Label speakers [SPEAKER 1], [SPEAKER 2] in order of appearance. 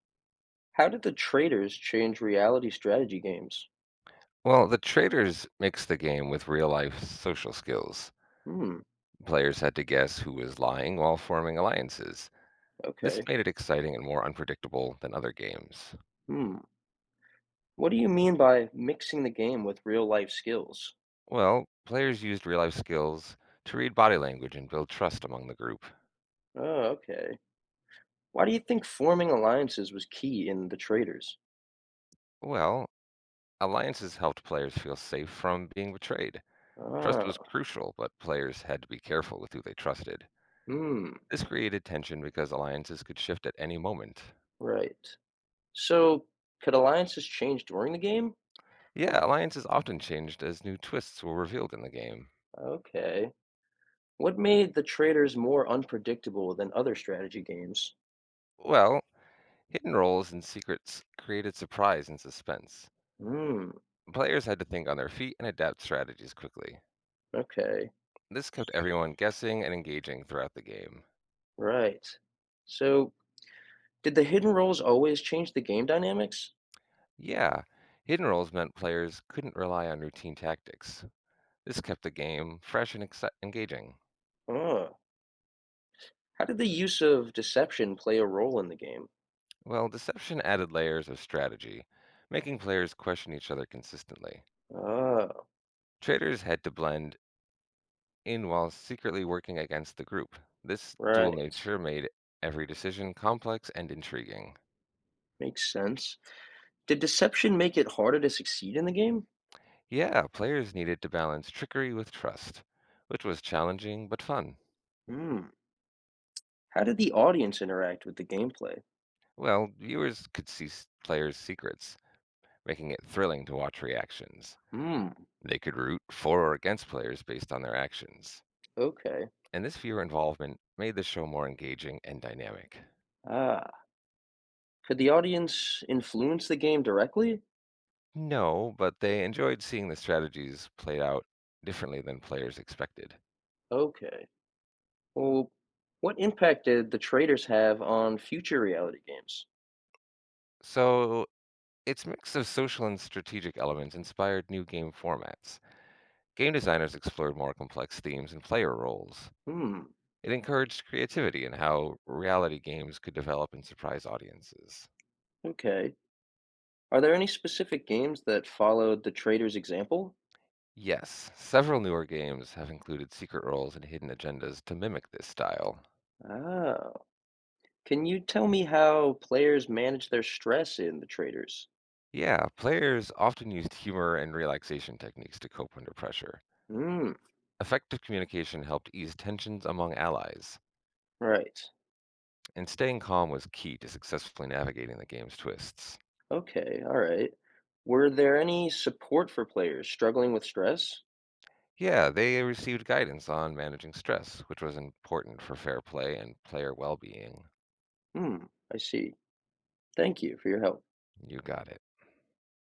[SPEAKER 1] How did the traders change reality strategy games?
[SPEAKER 2] Well, the traders mixed the game with real life social skills.
[SPEAKER 1] Hmm.
[SPEAKER 2] Players had to guess who was lying while forming alliances. This
[SPEAKER 1] Okay.
[SPEAKER 2] made it exciting and more unpredictable than other games.
[SPEAKER 1] Hmm. What do you mean by mixing the game with real life skills?
[SPEAKER 2] Well, players used real life skills to read body language and build trust among the group.
[SPEAKER 1] Oh, okay. Why do you think forming alliances was key in the traders?
[SPEAKER 2] Well, alliances helped players feel safe from being betrayed. Trust was
[SPEAKER 1] Ah.
[SPEAKER 2] crucial, but players had to be careful with who they trusted.
[SPEAKER 1] Hmm.
[SPEAKER 2] This created tension because alliances could shift at any moment.
[SPEAKER 1] Right. So, could alliances change during the game?
[SPEAKER 2] Yeah, alliances often changed as new twists were revealed in the game.
[SPEAKER 1] Okay. What made the traders more unpredictable than other strategy games?
[SPEAKER 2] Well, hidden roles and secrets created surprise and suspense.
[SPEAKER 1] Hmm.
[SPEAKER 2] Players had to think on their feet and adapt strategies quickly.
[SPEAKER 1] Okay.
[SPEAKER 2] This kept everyone guessing and engaging throughout the game.
[SPEAKER 1] Right. So, did the hidden roles always change the game dynamics?
[SPEAKER 2] Yeah, hidden roles meant players couldn't rely on routine tactics. This kept the game fresh and engaging.
[SPEAKER 1] Oh, how did the use of deception play a role in the game?
[SPEAKER 2] Well, deception added layers of strategy, making players question each other consistently.
[SPEAKER 1] Oh,
[SPEAKER 2] Traders had to blend in while secretly working against the group. This dual
[SPEAKER 1] right.
[SPEAKER 2] nature made every decision complex and intriguing.
[SPEAKER 1] Makes sense. Did deception make it harder to succeed in the game?
[SPEAKER 2] Yeah, players needed to balance trickery with trust, which was challenging but fun.
[SPEAKER 1] Hmm. How did the audience interact with the gameplay?
[SPEAKER 2] Well, viewers could see players' secrets, making it thrilling to watch reactions.
[SPEAKER 1] Hmm.
[SPEAKER 2] They could root for or against players based on their actions.
[SPEAKER 1] Okay.
[SPEAKER 2] And this viewer involvement made the show more engaging and dynamic.
[SPEAKER 1] Ah. Could the audience influence the game directly?
[SPEAKER 2] No, but they enjoyed seeing the strategies played out differently than players expected.
[SPEAKER 1] Okay. Well, what impact did the traders have on future reality games?
[SPEAKER 2] So, its mix of social and strategic elements inspired new game formats. Game designers explored more complex themes and player roles.
[SPEAKER 1] Hmm.
[SPEAKER 2] It encouraged creativity in how reality games could develop and surprise audiences.
[SPEAKER 1] Okay. Are there any specific games that followed the traders' example?
[SPEAKER 2] Yes, several newer games have included secret roles and hidden agendas to mimic this style.
[SPEAKER 1] Ah. Can you tell me how players manage their stress in The Traders?
[SPEAKER 2] Yeah, players often used humor and relaxation techniques to cope under pressure.
[SPEAKER 1] Mm,
[SPEAKER 2] Effective communication helped ease tensions among allies,
[SPEAKER 1] right.
[SPEAKER 2] and staying calm was key to successfully navigating the game's twists.
[SPEAKER 1] Okay, all right. Were there any support for players struggling with stress?
[SPEAKER 2] Yeah, they received guidance on managing stress, which was important for fair play and player well being.
[SPEAKER 1] Hmm, I see. Thank you for your help.
[SPEAKER 2] You got it.